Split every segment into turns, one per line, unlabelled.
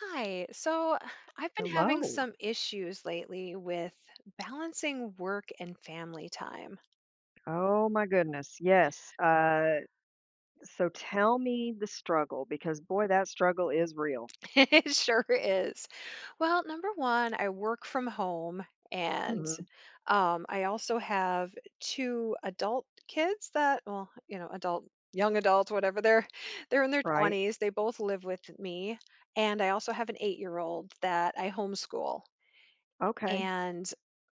Hi. So I've been having
Hello.
some issues lately with balancing work and family time.
Oh my goodness. Yes. So tell me the struggle because boy, that struggle is real.
It sure is. Well, number one, I work from home and
Mhm.
I also have two adult kids that, well, adult, young adults, whatever they're they're in their
Right?
20s. They both live with me. And I also have an 8-year old that I homeschool.
Okay.
And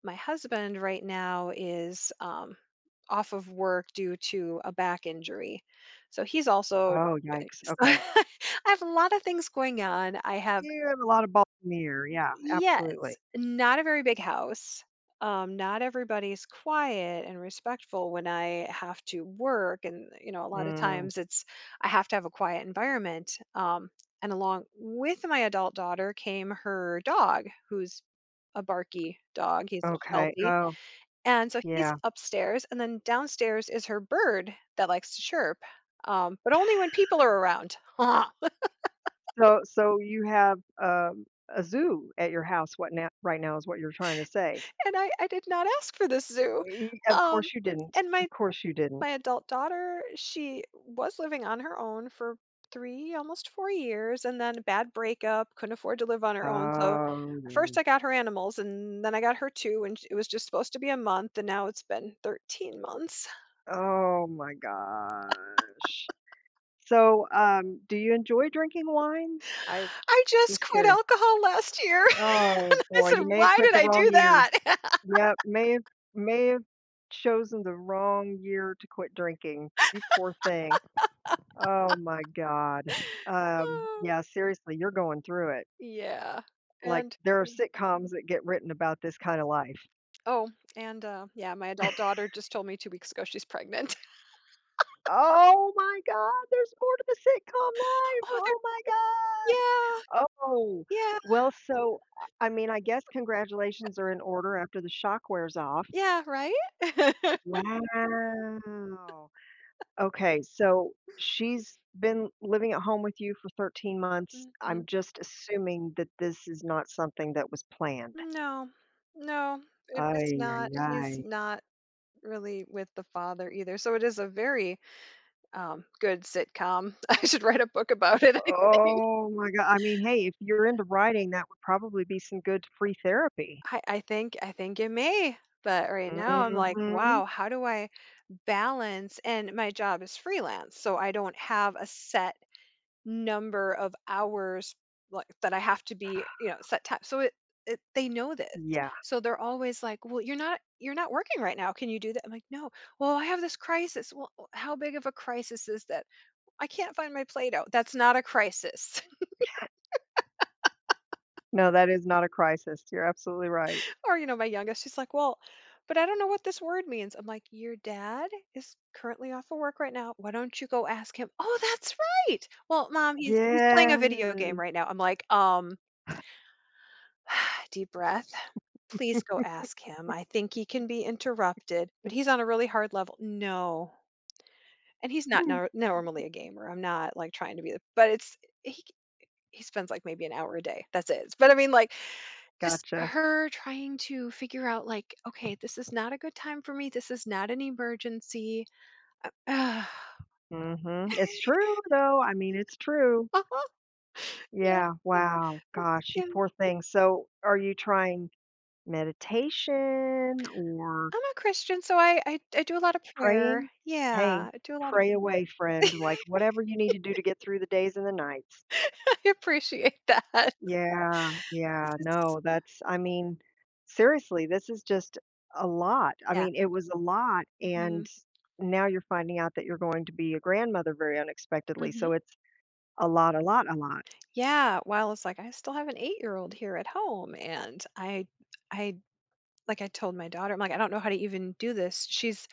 my husband right now is off of work due to a back injury, so he's also
Oh, yikes.
so
Okay.
I have a lot of things going on. I have,
You have a lot of balls in the air. Yeah,
yes,
absolutely.
not a very big house. Not everybody's quiet and respectful when I have to work, and a lot of
Mm,
times it's I have to have a quiet environment. And along with my adult daughter came her dog, who's a barky dog. He's a
okay.
Sheltie,
Oh,
and so he's
yeah.
upstairs, and then downstairs is her bird that likes to chirp, but only when people are around.
So you have a zoo at your house. What now? Right now is what you're trying to say.
And I did not ask for this zoo.
Of
um,
course you didn't.
and my
Of course you didn't.
my adult daughter, she was living on her own for 3, almost 4 years, and then bad breakup, couldn't afford to live on her own. So
Oh
first
yeah.
I got her animals, and then I got her 2, and it was just supposed to be a month, and now it's been 13 months.
Oh my gosh. So, do you enjoy drinking wine? I
I just
Just
quit
curious.
alcohol last year.
Oh
And I
boy,
said,
you may have
"Why
quit
did
the
I
wrong
do
year.
that?"
Yep, may have chosen the wrong year to quit drinking. You poor thing. Oh my God. Um,
Oh,
yeah, seriously, you're going through it.
yeah.
Like
And
there are sitcoms that get written about this kind of life.
oh, yeah, my adult daughter just told me 2 weeks ago she's pregnant.
Oh my God, there's more to the sitcom life.
Oh, they're
Oh my God.
yeah,
Oh,
yeah,
well, so, I mean, I guess congratulations are in order after the shock wears off.
yeah, right?
Wow. Okay, so she's been living at home with you for 13 months.
Mhm.
I'm just assuming that this is not something that was planned.
No, no, it
Ay,
it's
ay,
not. She's
ay.
not really with the father either, so it is a very, good sitcom. I should write a book about it, I think.
Oh my god. I mean, hey, if you're into writing, that would probably be some good free therapy.
I think it may, but right now I'm like,
Mhm.
"Wow, how do I balance?" And my job is freelance, so I don't have a set number of hours, like, that I have to be, set time. So it they know this.
Yeah.
So they're always like, "Well, you're not working right now. Can you do that?" I'm like, "No. Well, I have this crisis." "Well, how big of a crisis is that?" "I can't find my Play-Doh." "That's not a crisis."
No, that is not a crisis. You're absolutely right.
Or, my youngest, she's like, "Well, but I don't know what this word means." I'm like, "Your dad is currently off of work right now. Why don't you go ask him?" "Oh, that's right. Well, mom, he's playing a video
Yes.
game right now." I'm like, Deep breath. Please go ask him. I think he can be interrupted, but he's on a really hard level." "No." And he's not
Mm,
normally a gamer. I'm not like trying to be, but it's he he spends like maybe an hour a day. That's it. But I mean, like, just
gotcha.
her trying to figure out like, okay, this is not a good time for me, this is not an emergency. uh, uh,
Mhm. It's true, though. I mean, it's true.
huh. Yeah.
Yeah,
Yeah.
wow.
Oh,
Gosh, you
yeah.
poor thing. So, are you trying meditation or
I'm a Christian, so I do a lot of prayer.
praying? Hey,
Yeah, I do a lot of,
pray away,
yeah.
friend. Like, whatever you need to do to get through the days and the nights.
I appreciate that.
Yeah, yeah.
This
No, that's, I mean, seriously, this is just a lot. I
Yeah.
mean, it was a lot.
Hmm.
And now you're finding out that you're going to be a grandmother very unexpectedly. So,
Hmm.
it's a lot, a lot, a lot.
Yeah, while it's like I still have an 8-year old here at home, and I like I told my daughter, I'm like, I don't know how to even do this. She's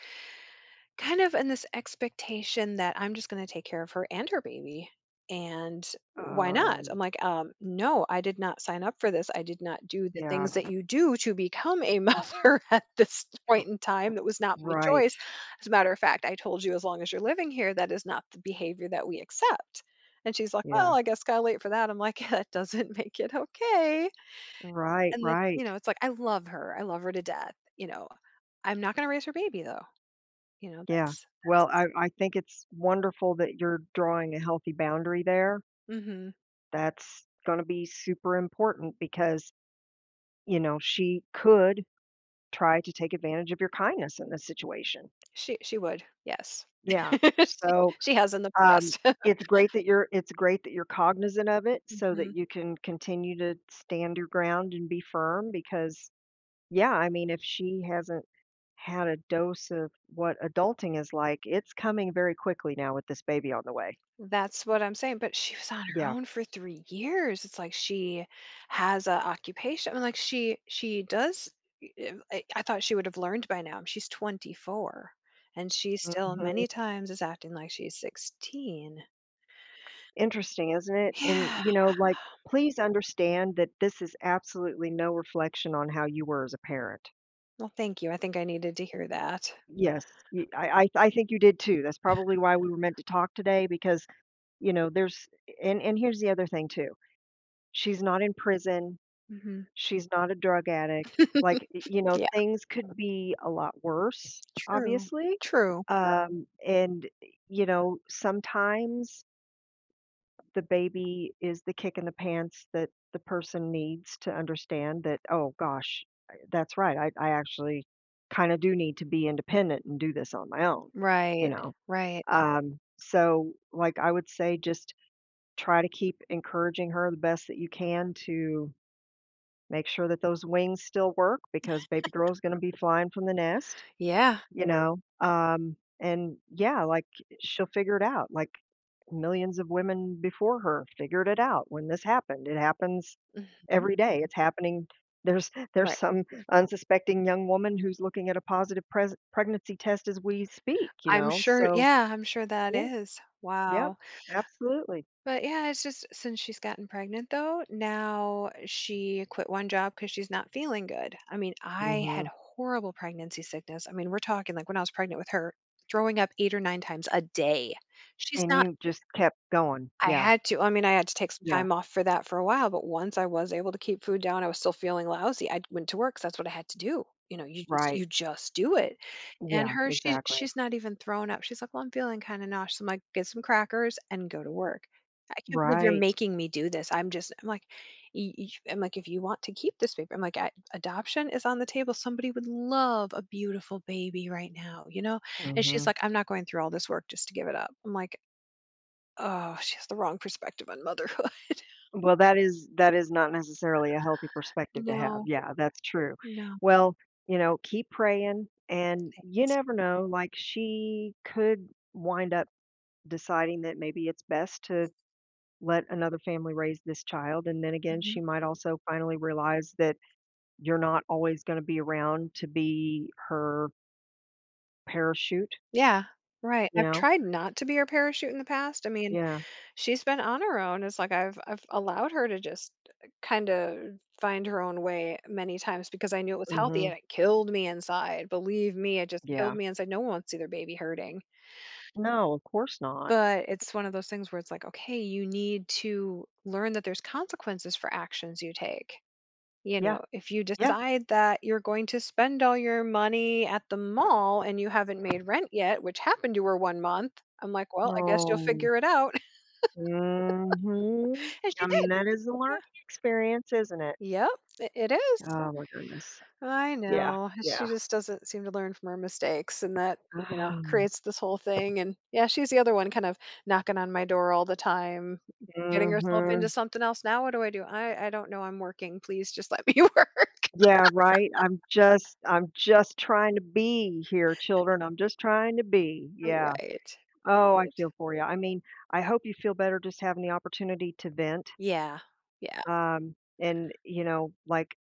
kind of in this expectation that I'm just gonna take care of her and her baby, and why not?
Um,
I'm like, "No, I did not sign up for this. I did not do the
yeah,
things that you do to become a mother at this
pr
point in time. That was not my
right,
choice. As a matter of fact, I told you, as long as you're living here, that is not the behavior that we accept." And she's like,
yeah.
"Well, I guess gotta wait for that." I'm like, "That doesn't make it okay."
Right,
And that you
right,
know, It's like, I love her. I love her to death, you know? I'm not gonna raise her baby, though, you know?
yeah.
That's
Well, I think it's wonderful that you're drawing a healthy boundary there.
Mhm.
That's gonna be super important because, you know, she could try to take advantage of your kindness in this situation.
She would, yes.
Yeah,
She
so,
she has in the
um,
past.
it's great that you're cognizant of it so that
Mhm.
you can continue to stand your ground and be firm because yeah, I mean, if she hasn't had a dose of what adulting is like, it's coming very quickly now with this baby on the way.
That's what I'm saying, but she was on her
Yeah.
own for 3 years. It's like she has a occupation, I mean, like, she does e I thought she would have learned by now. She's 24, and she still
Mhm.
many times is acting like she's 16.
Interesting, isn't it? And,
Yeah.
you know, like, please understand that this is absolutely no reflection on how you were as a parent.
Well, thank you. I think I needed to hear that.
Yes, y I think you did too. That's probably why we were meant to talk today because, you know, there's and here's the other thing too. She's not in prison.
Mhm.
She's not a drug addict, like, y you know,
Yeah.
things could be a lot worse,
True.
obviously,
True.
and, you know, sometimes the baby is the kick in the pants that the person needs to understand that, "Oh gosh, I that's right, I actually kinda do need to be independent and do this on my own," you
Right.
Know?
Right.
So, like, I would say just try to keep encouraging her the best that you can to make sure that those wings still work because baby Girl is gonna be flying from the nest,
Yeah.
you know? And yeah, like, she'll figure it out, like, millions of women before her figured it out when this happened. It happens
Mhm.
every day. It's happening there's
Right.
some unsuspecting young woman who's looking at a positive pres pregnancy test as we speak, you
I'm
know?
sure,
So
yeah, I'm sure that
yeah.
is.
Yep,
Wow.
absolutely.
But yeah, it's just since she's gotten pregnant though, now she quit one job because she's not feeling good. I mean, I had
Mhm,
horrible pregnancy sickness. I mean, we're talking, like, when I was pregnant with her, throwing up 8 or 9 times a day. She's
and
not
you just kept going.
I
Yeah,
had to. I mean, I had to take some
yeah,
time off for that for a while, but once I was able to keep food down, I was still feeling lousy. I went to work 'cause that's what I had to do. You know, you just
right.
you just do it. And
Yeah,
her, she
exactly.
she's not even thrown up. She's like, "Well, I'm feeling kind of nauseous," so I'm like, "Get some crackers and go to work." I can't believe you're
Right.
making me do this. I'm just, I'm like, I'm like, if you want to keep this baby, I'm like, I, adoption is on the table. Somebody would love a beautiful baby right now, you know? And she's
Mhm.
like, I'm not going through all this work just to give it up. I'm like, oh, she has the wrong perspective on motherhood."
Well, that is not necessarily a healthy perspective to have.
No,
Yeah, that's true.
no.
Well, you know, keep praying and you never know, like she could wind up deciding that maybe it's best to let another family raise this child and then again
Mhm.
she might also finally realize that you're not always going to be around to be her parachute,
Yeah, right.
you
I've
know?
tried not to be her parachute in the past. I mean,
Yeah.
she's been on her own. It's like I've allowed her to just kind of find her own way many times because I knew it was healthy,
Mhm.
and it killed me inside. Believe me, it just killed
Yeah.
me inside. No one wants to see their baby hurting.
No, of course not.
But it's one of those things where it's like, okay, you need to learn that there's consequences for actions you take. You
Yeah.
know, if you
Yeah.
decide that you're going to spend all your money at the mall and you haven't made rent yet, which happened to her one month, I'm like, well, I guess you'll
Oh.
figure it out.
Mhm.
And she
I mean,
did.
that is a learning
Yeah.
experience, isn't it?
Yep. It is.
Oh my goodness.
I
Yeah,
know. She
yeah.
just doesn't seem to learn from her mistakes. And that, you know, creates this whole thing. And yeah, she's the other one kind of knocking on my door all the time, getting herself
Mhm.
into something else. Now, what do I do? I don't know. I'm working. Please just let me work.
Yeah, right. I'm just trying to be here, children. I'm just trying to be. Yeah.
Right.
Oh, I
Right.
feel for you. I mean, I hope you feel better just having the opportunity to vent.
Yeah. Yeah.
Um, and you know, like,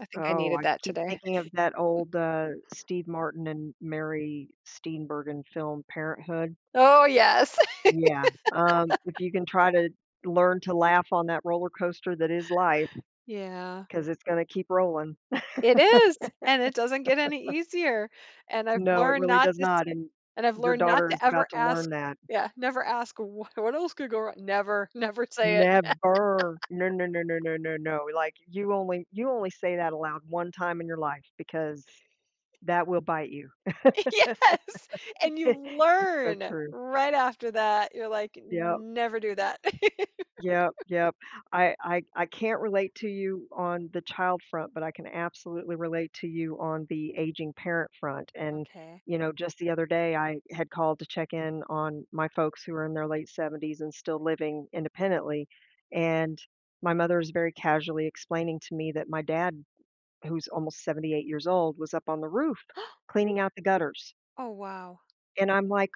I think I
oh,
needed
I
that
keep
today.
thinking of that old Steve Martin and Mary Steenburgen film, Parenthood.
Oh, yes.
Yeah, if you can try to learn to laugh on that roller coaster that is life,
Yeah.
because it's gonna keep rolling.
It is, and it doesn't get any easier, and
No, it really does not, and
I've
your
learned not
daughter is
to ever
about to learn
ask,
that.
yeah, never ask, "What else could go wrong?" Never, never say it.
Never. No, no, no, no, no, no, no, like, you only say that aloud one time in your life because that will bite you.
Yes, and you
It's so
learn
true.
right after that. You're like,
Yeah.
"Never do that."
Yep, yep. I can't relate to you on the child front, but I can absolutely relate to you on the aging parent front. And,
Okay.
you know, just the other day, I had called to check in on my folks who are in their late 70's and still living independently. And my mother is very casually explaining to me that my dad, who's almost 78 years old, was up on the roof cleaning out the gutters.
Oh, wow.
And I'm like,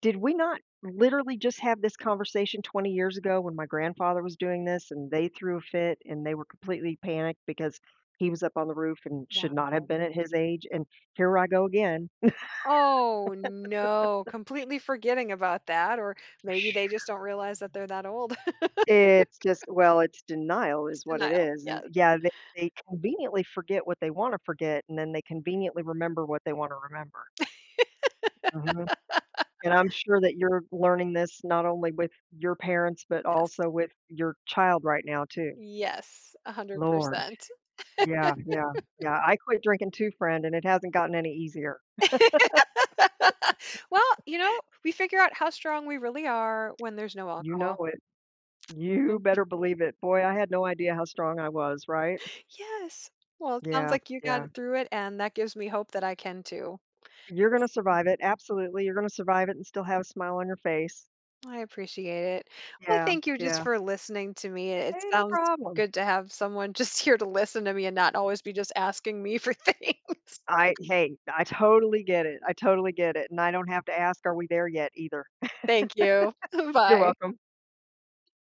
did we not literally just have this conversation 20 years ago when my grandfather was doing this and they threw a fit and they were completely panicked because he was up on the roof and should not have
Wow.
been at his age? And here I go again.
Oh, no, completely forgetting about that, or maybe they just don't realize that they're that old.
It's just, well, it's denial
It's
is what it
denial.
is. And
Yes.
yeah, they conveniently forget what they want to forget and then they conveniently remember what they want to remember. Mhm. And I'm sure that you're learning this not only with your parents, but
Yes.
also with your child right now, too.
Yes,
Lord.
100%.
Yeah, yeah, yeah. I quit drinking too, friend, and it hasn't gotten any easier.
Well, you know, we figure out how strong we really are when there's no
You know
alcohol,
it.
you
You
know?
better believe it. Boy, I had no idea how strong I was, right?
Yes. Well, it sounds
Yeah,
like you
yeah.
got through it, and that gives me hope that I can too.
You're gonna survive it. Absolutely. You're gonna survive it and still have a smile on your face.
I appreciate it. Well,
Yeah,
thank you just
yeah.
for listening to me. It
Hey, no
sounds
problem.
good to have someone just here to listen to me and not always be just asking me for things.
I hey, I totally get it. I totally get it. And I don't have to ask, are we there yet either.
Thank you.
You're
Bye.
welcome.